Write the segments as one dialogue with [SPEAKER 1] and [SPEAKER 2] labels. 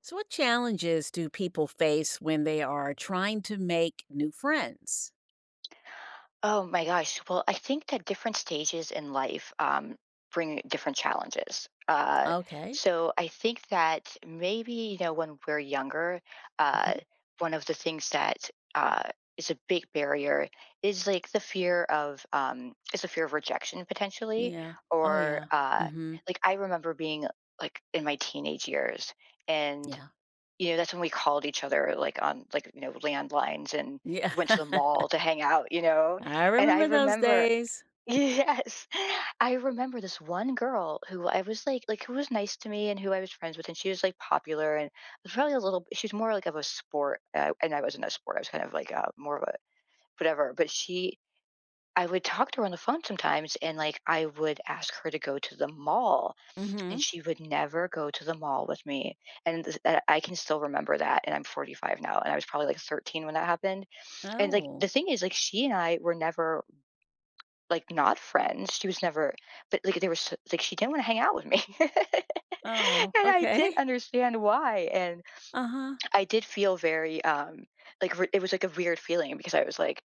[SPEAKER 1] So, what challenges do people face when they are trying to make new friends?
[SPEAKER 2] Oh my gosh. Well, I think that different stages in life bring different challenges. Uh,
[SPEAKER 1] Okay.
[SPEAKER 2] so I think that maybe, you know, when we're younger, uh,
[SPEAKER 1] Hmm.
[SPEAKER 2] one of the things that uh, is a big barrier is like the fear of, is the fear of rejection potentially.
[SPEAKER 1] Yeah. Oh,
[SPEAKER 2] Or
[SPEAKER 1] yeah. Hmm.
[SPEAKER 2] like I remember being like in my teenage years. And
[SPEAKER 1] Yeah.
[SPEAKER 2] you know, that's when we called each other like on like, you know, landlines and
[SPEAKER 1] Yeah.
[SPEAKER 2] went to the mall to hang out.
[SPEAKER 1] I
[SPEAKER 2] And I
[SPEAKER 1] remember those
[SPEAKER 2] remember
[SPEAKER 1] days.
[SPEAKER 2] yes. I remember this one girl who I was like who was nice to me and who I was friends with and she was like popular and was probably a little she's more like of a sport and I wasn't a sport. I was kind of like more of a whatever, but she I would talk to her on the phone sometimes and like I would ask her to go to the mall and
[SPEAKER 1] Hmm.
[SPEAKER 2] she would never go to the mall with me. And that I can still remember that. And I'm 45 now, and I was probably like 13 when that happened. And like
[SPEAKER 1] Oh.
[SPEAKER 2] the thing is, like she and I were never like not friends. She was never, but like there was like she didn't want to hang out with me, and
[SPEAKER 1] Oh.
[SPEAKER 2] I didn't
[SPEAKER 1] Okay.
[SPEAKER 2] understand why. And
[SPEAKER 1] Uh huh.
[SPEAKER 2] I did feel very like it was like a weird feeling because I was like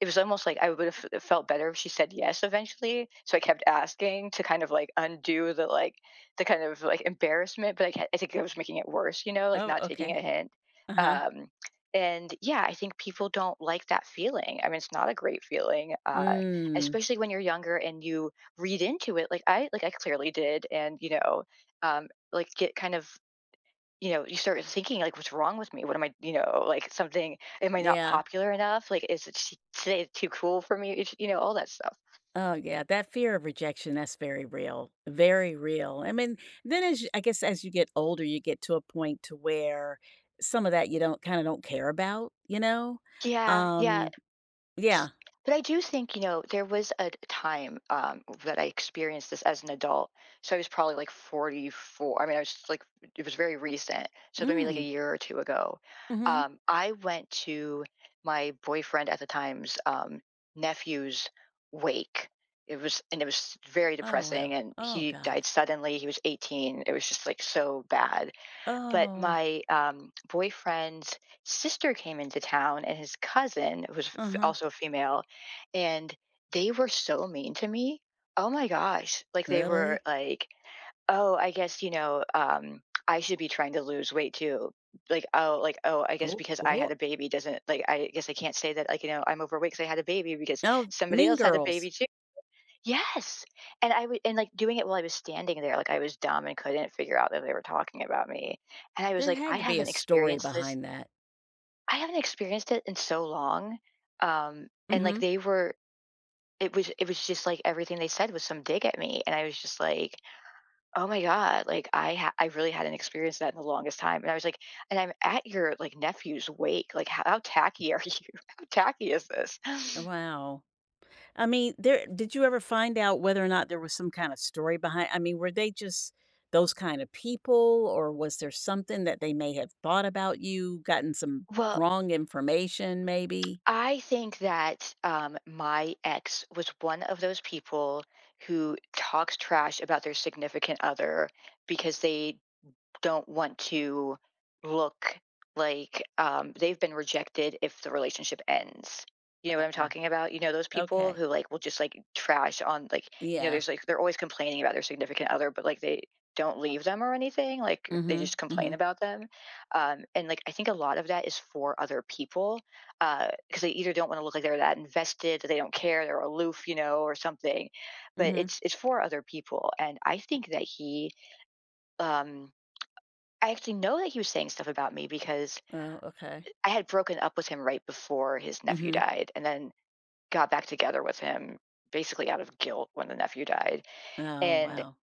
[SPEAKER 2] it was almost like I would have felt better if she said yes eventually, so I kept asking to kind of, like, undo the, like the kind of, like, embarrassment, but I think I was making it worse, you know, like,
[SPEAKER 1] Oh.
[SPEAKER 2] not taking a
[SPEAKER 1] Okay.
[SPEAKER 2] hint,
[SPEAKER 1] Uh huh.
[SPEAKER 2] um, and, yeah, I think people don't like that feeling. I mean, it's not a great feeling,
[SPEAKER 1] Mm.
[SPEAKER 2] especially when you're younger and you read into it, like I clearly did, and, you know, like, get kind of you know, you start thinking like, "What's wrong with me? What am I, you know, like something? Am I not
[SPEAKER 1] Yeah.
[SPEAKER 2] popular enough? Like, is it today too cool for me? You know, all that stuff."
[SPEAKER 1] Oh yeah, that fear of rejection, that's very real. Very real. I mean, then as you, I guess as you get older, you get to a point to where some of that you don't kind of don't care about, you know?
[SPEAKER 2] Yeah, yeah.
[SPEAKER 1] Um, yeah.
[SPEAKER 2] But I do think, you know, there was a time that I experienced this as an adult. So I was probably like 44. I mean, I was like, it was very recent. So maybe like a
[SPEAKER 1] Mm.
[SPEAKER 2] year or two ago.
[SPEAKER 1] Mhm.
[SPEAKER 2] I went to my boyfriend at the time's nephew's wake. It was, and it was very
[SPEAKER 1] Oh wow.
[SPEAKER 2] depressing. And
[SPEAKER 1] Oh
[SPEAKER 2] he
[SPEAKER 1] gosh.
[SPEAKER 2] died suddenly. He was 18. It was just like so bad, but
[SPEAKER 1] Oh.
[SPEAKER 2] my boyfriend's sister came into town and his cousin who was
[SPEAKER 1] Uh-huh.
[SPEAKER 2] also a female and they were so mean to me. Oh my gosh, like they were
[SPEAKER 1] Really?
[SPEAKER 2] like, "Oh, I guess, you know, I should be trying to lose weight too," like, "Oh," like, "Oh, I guess
[SPEAKER 1] Oh,
[SPEAKER 2] because I
[SPEAKER 1] oh.
[SPEAKER 2] had a baby doesn't like, I guess I can't say that, like, you know, I'm overweight because I had a baby because
[SPEAKER 1] Oh,
[SPEAKER 2] somebody
[SPEAKER 1] Mean
[SPEAKER 2] else had a
[SPEAKER 1] Girls.
[SPEAKER 2] baby too." Yes, and I would, and, like, doing it while I was standing there, like, I was dumb and couldn't figure out that they were talking about me, and I was
[SPEAKER 1] There
[SPEAKER 2] like, "I
[SPEAKER 1] had to be a
[SPEAKER 2] haven't
[SPEAKER 1] story
[SPEAKER 2] experienced this.
[SPEAKER 1] behind that.
[SPEAKER 2] I haven't experienced it in so long," and, like,
[SPEAKER 1] Mhm.
[SPEAKER 2] they were it was just, like, everything they said was some dig at me, and I was just like, "Oh my god," like, I really hadn't experienced that in the longest time, and I was like, "And I'm at your, like, nephew's wake, like, how tacky are you? How tacky is this?"
[SPEAKER 1] Wow. I mean, there did you ever find out whether or not there was some kind of story behind, I mean, were they just those kind of people, or was there something that they may have thought about you, gotten some
[SPEAKER 2] Well,
[SPEAKER 1] wrong information maybe?
[SPEAKER 2] I think that my ex was one of those people who talks trash about their significant other because they don't want to look like they've been rejected if the relationship ends. You know what I'm
[SPEAKER 1] Oh,
[SPEAKER 2] talking about? You know those people
[SPEAKER 1] okay.
[SPEAKER 2] who like will just like trash on like you know
[SPEAKER 1] Yeah.
[SPEAKER 2] there's like they're always complaining about their significant other, but like they don't leave them or anything. Like they
[SPEAKER 1] Mhm,
[SPEAKER 2] just complain
[SPEAKER 1] mhm,
[SPEAKER 2] about them, and like I think a lot of that is for other people because they either don't want to look like they're that invested, they don't care, they're aloof, you know, or something. But
[SPEAKER 1] mhm.
[SPEAKER 2] it's for other people, and I think that he um, I actually know that he was saying stuff about me because
[SPEAKER 1] Oh, okay.
[SPEAKER 2] I had broken up with him right before his nephew
[SPEAKER 1] Mhm.
[SPEAKER 2] died and then got back together with him basically out of guilt when the nephew died.
[SPEAKER 1] Oh,
[SPEAKER 2] And
[SPEAKER 1] wow.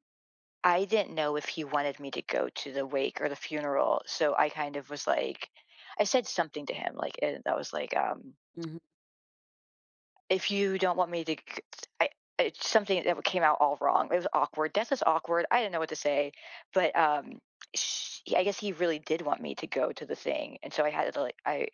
[SPEAKER 2] I didn't know if he wanted me to go to the wake or the funeral. So I kind of was like, I said something to him, like, and that was like,
[SPEAKER 1] Mhm.
[SPEAKER 2] if you don't want me to, I, it's something that came out all wrong. It was awkward. Death is awkward. I didn't know what to say. But I guess he really did want me to go to the thing, and so I had to like I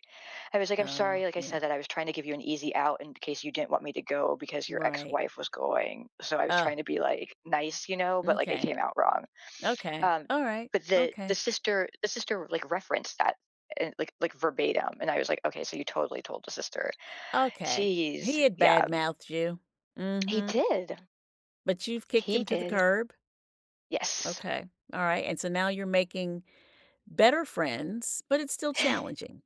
[SPEAKER 2] I was like, I'm
[SPEAKER 1] Oh,
[SPEAKER 2] sorry, like I
[SPEAKER 1] yeah.
[SPEAKER 2] said, that I was trying to give you an easy out in case you didn't want me to go because your ex
[SPEAKER 1] Right.
[SPEAKER 2] wife was going. So I was
[SPEAKER 1] Oh,
[SPEAKER 2] trying to be like nice, you know, but like it
[SPEAKER 1] okay.
[SPEAKER 2] came out wrong.
[SPEAKER 1] Okay.
[SPEAKER 2] Um,
[SPEAKER 1] Alright.
[SPEAKER 2] but the the
[SPEAKER 1] Okay.
[SPEAKER 2] sister the sister like referenced that and like verbatim, and I was like, okay, so you totally told the sister.
[SPEAKER 1] Okay.
[SPEAKER 2] Jeez,
[SPEAKER 1] He had
[SPEAKER 2] yeah,
[SPEAKER 1] bad mouthed you.
[SPEAKER 2] he
[SPEAKER 1] Mhm.
[SPEAKER 2] did,
[SPEAKER 1] But you've kicked
[SPEAKER 2] he
[SPEAKER 1] him to the
[SPEAKER 2] did,
[SPEAKER 1] curb?
[SPEAKER 2] yes.
[SPEAKER 1] Okay. All right. And so now you're making better friends, but it's still challenging.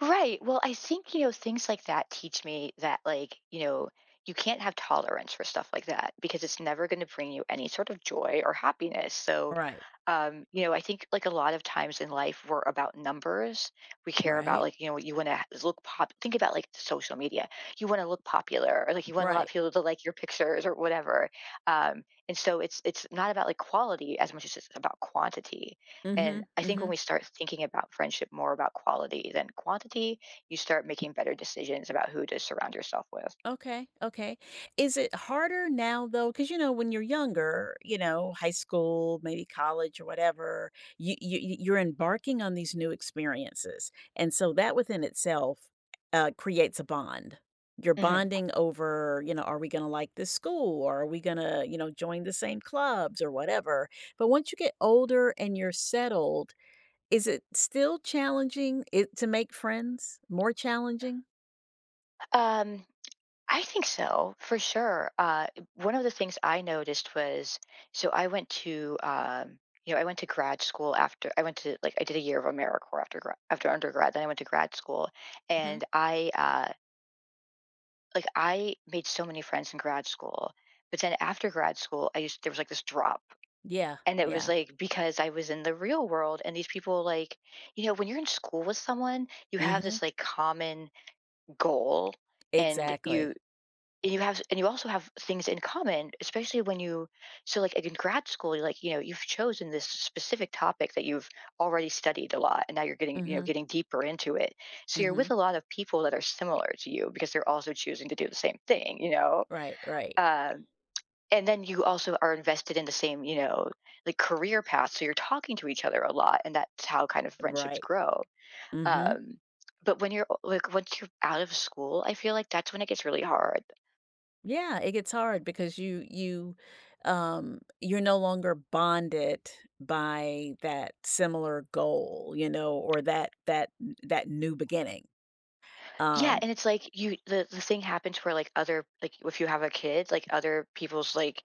[SPEAKER 2] Right. Well, I think, you know, things like that teach me that, like, you know, you can't have tolerance for stuff like that because it's never going to bring you any sort of joy or happiness. So,
[SPEAKER 1] Right.
[SPEAKER 2] you know, I think like a lot of times in life, we're about numbers. We care about
[SPEAKER 1] Right.
[SPEAKER 2] like, you know, you want to look pop. Think about like social media. You want to look popular, or like you want a lot of
[SPEAKER 1] Right.
[SPEAKER 2] people to like your pictures or whatever. Um, and so it's not about like quality as much as it's about quantity. And
[SPEAKER 1] Mhm.
[SPEAKER 2] I think when
[SPEAKER 1] Mhm.
[SPEAKER 2] we start thinking about friendship more about quality than quantity, you start making better decisions about who to surround yourself with.
[SPEAKER 1] Okay, okay. Is it harder now though? Because you know, when you're younger, you know, high school, maybe college or whatever, you're embarking on these new experiences, and so that within itself creates a bond. You're
[SPEAKER 2] Mhm.
[SPEAKER 1] bonding over, you know, are we going to like this school, or are we going to, you know, join the same clubs or whatever. But once you get older and you're settled, is it still challenging it to make friends? More challenging?
[SPEAKER 2] Um, I think so, for sure. One of the things I noticed was so I went to you know I went to grad school after I went to like I did a year of AmeriCorps after after undergrad. Then I went to grad school,
[SPEAKER 1] Hmm.
[SPEAKER 2] and I like I made so many friends in grad school. But then after grad school, I just there was like this drop,
[SPEAKER 1] Yeah,
[SPEAKER 2] and it was
[SPEAKER 1] yeah.
[SPEAKER 2] like because I was in the real world, and these people like you know when you're in school with someone, you have this
[SPEAKER 1] Hmm.
[SPEAKER 2] like common goal and you
[SPEAKER 1] Exactly.
[SPEAKER 2] and you have and you also have things in common especially when you so like in grad school you're like you know you've chosen this specific topic that you've already studied a lot and now you're getting you know
[SPEAKER 1] Mhm,
[SPEAKER 2] getting deeper into it so you're with
[SPEAKER 1] mhm.
[SPEAKER 2] a lot of people that are similar to you because they're also choosing to do the same thing you know,
[SPEAKER 1] Right, right,
[SPEAKER 2] um, and then you also are invested in the same you know like career path so you're talking to each other a lot and that's how kind of friendships
[SPEAKER 1] right.
[SPEAKER 2] grow.
[SPEAKER 1] Mhm.
[SPEAKER 2] um, but when you're like once you're out of school I feel like that's when it gets really hard.
[SPEAKER 1] Yeah, it gets hard because you're no longer bonded by that similar goal, you know, or that new beginning.
[SPEAKER 2] Yeah,
[SPEAKER 1] Um.
[SPEAKER 2] and it's like you the thing happens where like other like if you have a kid, like other people's like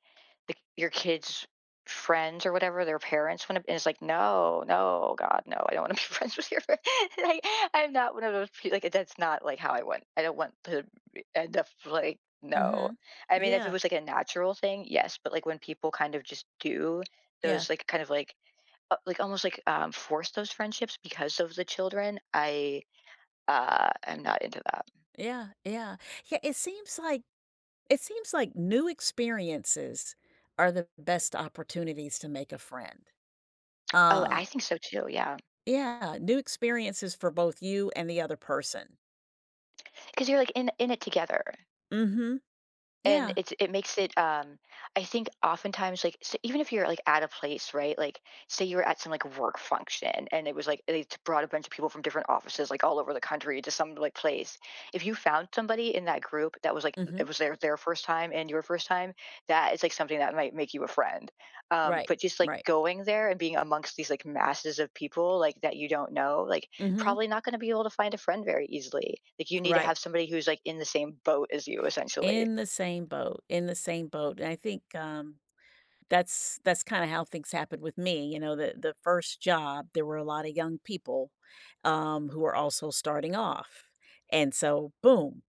[SPEAKER 2] the, your kids' friends or whatever, their parents want to, and it's like no, no, God, no, I don't want to be friends with your. Like I'm not one of those people. Like that's not like how I want. I don't want to end up like no.
[SPEAKER 1] Mhm.
[SPEAKER 2] I mean, if it
[SPEAKER 1] Yeah,
[SPEAKER 2] was like a natural thing, yes, but like when people kind of just do
[SPEAKER 1] yeah,
[SPEAKER 2] those like kind of like almost like force those friendships because of the children, I'm not into that.
[SPEAKER 1] yeah, yeah. Yeah, it seems like new experiences are the best opportunities to make a friend.
[SPEAKER 2] Oh,
[SPEAKER 1] Uh
[SPEAKER 2] I think so too. Yeah,
[SPEAKER 1] Yeah, new experiences for both you and the other person.
[SPEAKER 2] because 'Cause you're, like, in it together,
[SPEAKER 1] Mhm.
[SPEAKER 2] and
[SPEAKER 1] Yeah.
[SPEAKER 2] it makes it. I think oftentimes, like, so even if you're like at a place, right? Like, say you were at some like work function and it was like brought a bunch of people from different offices like all over the country to some like place. If you found somebody in that group that was like
[SPEAKER 1] Mhm.
[SPEAKER 2] it was their first time and your first time, that is like something that might make you a friend.
[SPEAKER 1] Right.
[SPEAKER 2] But just like
[SPEAKER 1] Right.
[SPEAKER 2] going there and being amongst these like masses of people like that you don't know, like,
[SPEAKER 1] Mhm.
[SPEAKER 2] probably not going to be able to find a friend very easily. Like, you need to
[SPEAKER 1] Right.
[SPEAKER 2] have somebody who's like in the same boat as you, essentially.
[SPEAKER 1] In the same boat, in the same boat, and I think, that's kinda how things happened with me, you know, the first job, there were a lot of young people, who were also starting off, and so, boom,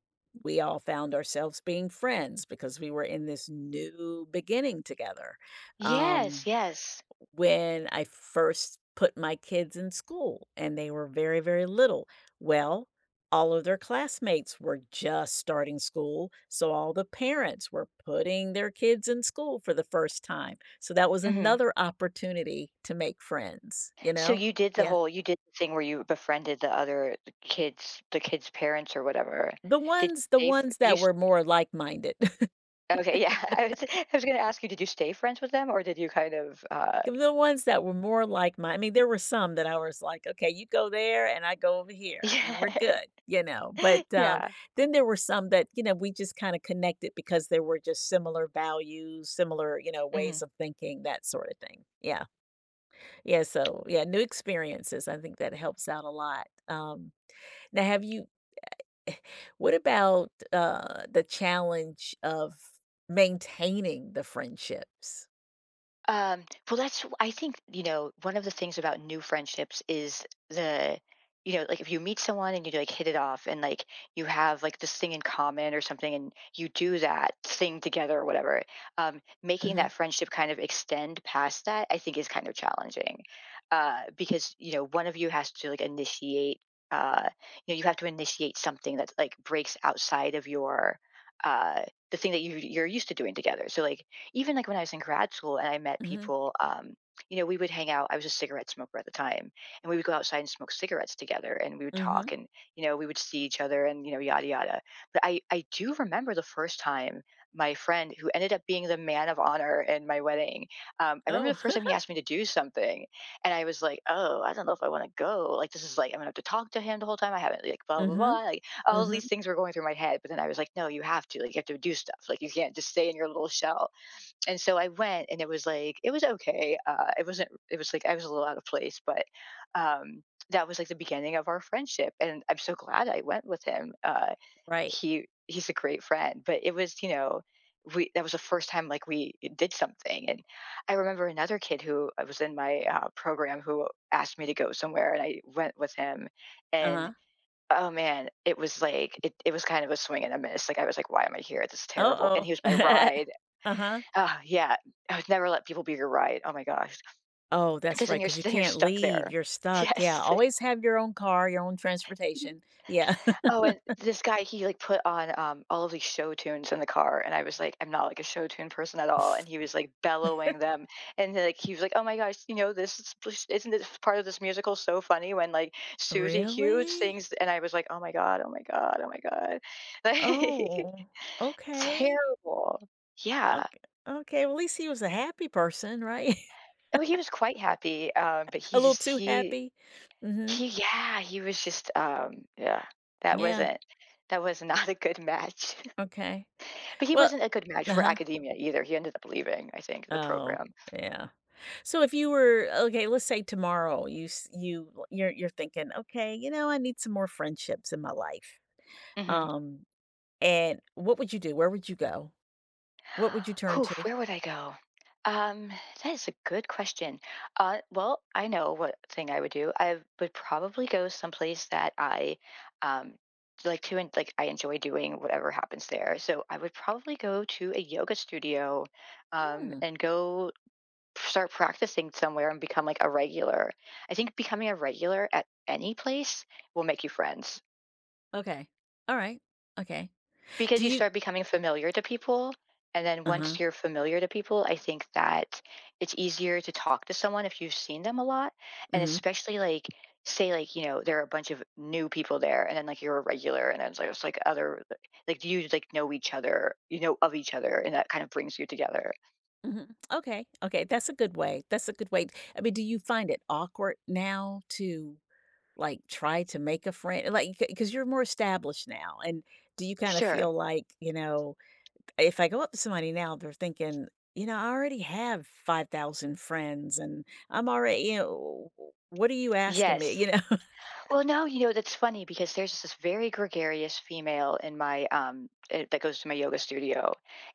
[SPEAKER 1] we all found ourselves being friends because we were in this new beginning together,
[SPEAKER 2] Yes,
[SPEAKER 1] um,
[SPEAKER 2] yes.
[SPEAKER 1] when I first put my kids in school and they were very, very little. Well, all of their classmates were just starting school. So all the parents were putting their kids in school for the first time. So that was
[SPEAKER 2] Mhm.
[SPEAKER 1] another opportunity to make friends, you
[SPEAKER 2] So
[SPEAKER 1] know?
[SPEAKER 2] you did the
[SPEAKER 1] Yeah.
[SPEAKER 2] whole you did the thing where you befriended the other kids, the kids' parents or whatever.
[SPEAKER 1] The
[SPEAKER 2] Did
[SPEAKER 1] ones the
[SPEAKER 2] you stay fr
[SPEAKER 1] ones
[SPEAKER 2] did you
[SPEAKER 1] that
[SPEAKER 2] s
[SPEAKER 1] were more like-minded.
[SPEAKER 2] Okay, yeah, I was gonna ask you, did you stay friends with them, or did you kind of,
[SPEAKER 1] The ones that were more like my, I mean, there were some that I was like, "Okay, you go there and I go over here, and we're
[SPEAKER 2] Yeah.
[SPEAKER 1] good," you know? But,
[SPEAKER 2] Yeah.
[SPEAKER 1] then there were some that, you know, we just kinda connected because there were just similar values, similar, you know, ways
[SPEAKER 2] Mhm.
[SPEAKER 1] of thinking, that sort of thing. Yeah. Yeah, so, yeah, new experiences, I think that helps out a lot. Now have you what about the challenge of maintaining the friendships?
[SPEAKER 2] Um, well, that's, I think, you know, one of the things about new friendships is the, you know, like, if you meet someone and you like hit it off and like you have like this thing in common or something and you do that thing together or whatever, making
[SPEAKER 1] Mhm,
[SPEAKER 2] that friendship kind of extend past that, I think, is kind of challenging, because, you know, one of you has to like initiate. Uh, you know, you have to initiate something that like breaks outside of your uh, the thing that you're used to doing together. So like even like when I was in grad school and I met
[SPEAKER 1] mhm,
[SPEAKER 2] people, you know, we would hang out. I was a cigarette smoker at the time, and we would go outside and smoke cigarettes together, and we would
[SPEAKER 1] mhm.
[SPEAKER 2] talk, and you know, we would see each other, and you know, yada yada. But I do remember the first time my friend, who ended up being the man of honor in my wedding, I remember the
[SPEAKER 1] Oh.
[SPEAKER 2] first time he asked me to do something, and I was like, oh, I don't know if I want to go. Like, this is like I'm gonna have to talk to him the whole time. I haven't like blah blah
[SPEAKER 1] Mhm,
[SPEAKER 2] blah. Like, all of
[SPEAKER 1] mhm.
[SPEAKER 2] these things were going through my head, but then I was like, no, you have to. Like, you have to do stuff. Like, you can't just stay in your little shell. And so I went, and it was like it was okay. It wasn't. It was like I was a little out of place, but um, that was like the beginning of our friendship, and I'm so glad I went with him.
[SPEAKER 1] Right.
[SPEAKER 2] He's a great friend, but it was, you know, we that was the first time like we did something. And I remember another kid who I was in my program who asked me to go somewhere, and I went with him, and
[SPEAKER 1] Uh-huh.
[SPEAKER 2] oh man, it was like it was kind of a swing and a miss. Like, I was like, why am I here? This is terrible. And
[SPEAKER 1] Uh-oh.
[SPEAKER 2] he was my ride.
[SPEAKER 1] Uh-huh.
[SPEAKER 2] Ah, yeah. I would never let people be your ride. Oh my gosh,
[SPEAKER 1] Oh, that's
[SPEAKER 2] because
[SPEAKER 1] right. Because you
[SPEAKER 2] then you're
[SPEAKER 1] can't
[SPEAKER 2] stuck
[SPEAKER 1] leave,
[SPEAKER 2] there.
[SPEAKER 1] you're stuck, yeah,
[SPEAKER 2] Yes.
[SPEAKER 1] always have your own car, your own transportation, yeah.
[SPEAKER 2] Oh, and this guy, he, like, put on, all of these show tunes in the car, and I was like, "I'm not, like, a show tune person at all," and he was, like, bellowing them, and then, like, he was like, "Oh my gosh, you know, this is this isn't this part of this musical, so funny when, like, Susie Q
[SPEAKER 1] Really?
[SPEAKER 2] sings?" And I was like, "Oh my god, oh my god, oh my god." Like,
[SPEAKER 1] Oh, okay,
[SPEAKER 2] terrible. Yeah.
[SPEAKER 1] ok okay, well, at least he was a happy person, right?
[SPEAKER 2] Oh, he was quite happy, but
[SPEAKER 1] A
[SPEAKER 2] he
[SPEAKER 1] little
[SPEAKER 2] just
[SPEAKER 1] too happy? Mhm,
[SPEAKER 2] He yeah, he was just, yeah, that
[SPEAKER 1] yeah,
[SPEAKER 2] wasn't that was not a good match.
[SPEAKER 1] okay.
[SPEAKER 2] But he
[SPEAKER 1] Well.
[SPEAKER 2] wasn't a good match for
[SPEAKER 1] Uh-huh.
[SPEAKER 2] academia either. He ended up leaving, I think, the
[SPEAKER 1] Oh,
[SPEAKER 2] program.
[SPEAKER 1] yeah. So if you were okay, let's say tomorrow you s you l- you're thinking, "Okay, you know, I need some more friendships in my life."
[SPEAKER 2] Mhm.
[SPEAKER 1] Um, and what would you do? Where would you go? What would you turn
[SPEAKER 2] Whew,
[SPEAKER 1] to?
[SPEAKER 2] where would I go? Um, that is a good question. Well, I know what thing I would do. I would probably go someplace that I, um, like to en like, I enjoy doing whatever happens there. So I would probably go to a yoga studio,
[SPEAKER 1] Hmm,
[SPEAKER 2] and go start practicing somewhere and become like a regular. I think becoming a regular at any place will make you friends
[SPEAKER 1] okay. Alright, okay.
[SPEAKER 2] because
[SPEAKER 1] Do
[SPEAKER 2] you
[SPEAKER 1] you
[SPEAKER 2] start becoming familiar to people. And then
[SPEAKER 1] uh-huh,
[SPEAKER 2] once you're familiar to people, I think that it's easier to talk to someone if you've seen them a lot. And
[SPEAKER 1] mhm,
[SPEAKER 2] especially like, say, like, you know, there are a bunch of new people there and then like you're a regular and then it's like other, like you like know each other, you know, of each other. And that kind of brings you together.
[SPEAKER 1] mhm. Okay, okay, that's a good way, that's a good way. I mean, do you find it awkward now to, like, try to make a friend? Like, because 'ca 'cause you're more established now, and do you kinda
[SPEAKER 2] Sure.
[SPEAKER 1] feel like, you know, if I go up to somebody now, they're thinking, "You know, I already have 5,000 friends, and I'm already" you know, "What are you asking me?"
[SPEAKER 2] Yes.
[SPEAKER 1] You know?
[SPEAKER 2] Well, now you know that's funny because there's this very gregarious female in my that goes to my yoga studio,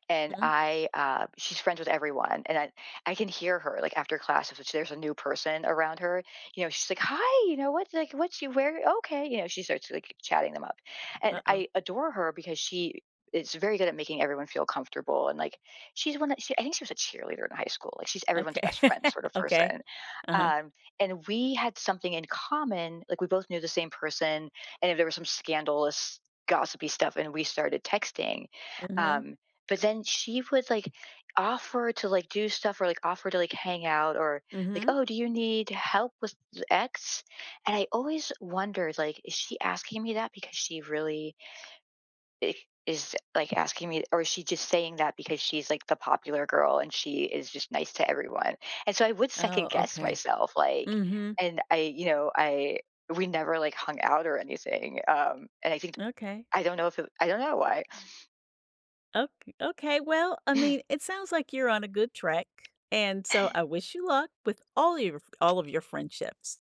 [SPEAKER 2] and
[SPEAKER 1] Uh.
[SPEAKER 2] I she's friends with everyone, and I can hear her like after classes, which there's a new person around her. You know, she's like, "Hi, you know what's you wear? Okay, you know." She starts like chatting them up, and
[SPEAKER 1] Uh-oh.
[SPEAKER 2] I adore her because she is very good at making everyone feel comfortable and like she's one that she, I think, she was a cheerleader in high school. Like, she's everyone's best
[SPEAKER 1] Okay.
[SPEAKER 2] friend sort of
[SPEAKER 1] Okay.
[SPEAKER 2] person.
[SPEAKER 1] Uh-huh.
[SPEAKER 2] Um, and we had something in common, like we both knew the same person, and if there was some scandalous gossipy stuff, and we started texting,
[SPEAKER 1] Mhm,
[SPEAKER 2] um but then she would like offer to like do stuff or like offer to like hang out, or like,
[SPEAKER 1] mhm.
[SPEAKER 2] oh, do you need help with x, and I always wondered, like, is she asking me that because she really i- is like asking me, or is she just saying that because she's like the popular girl and she is just nice to everyone, and so I would second
[SPEAKER 1] Oh,
[SPEAKER 2] guess
[SPEAKER 1] okay.
[SPEAKER 2] myself, like,
[SPEAKER 1] Mhm,
[SPEAKER 2] and I you know I we never like hung out or anything, and I think
[SPEAKER 1] okay.
[SPEAKER 2] I don't know if it, I don't know why
[SPEAKER 1] Okay, okay, well, I mean, it sounds like you're on a good track, and so I wish you luck with all your all of your friendships.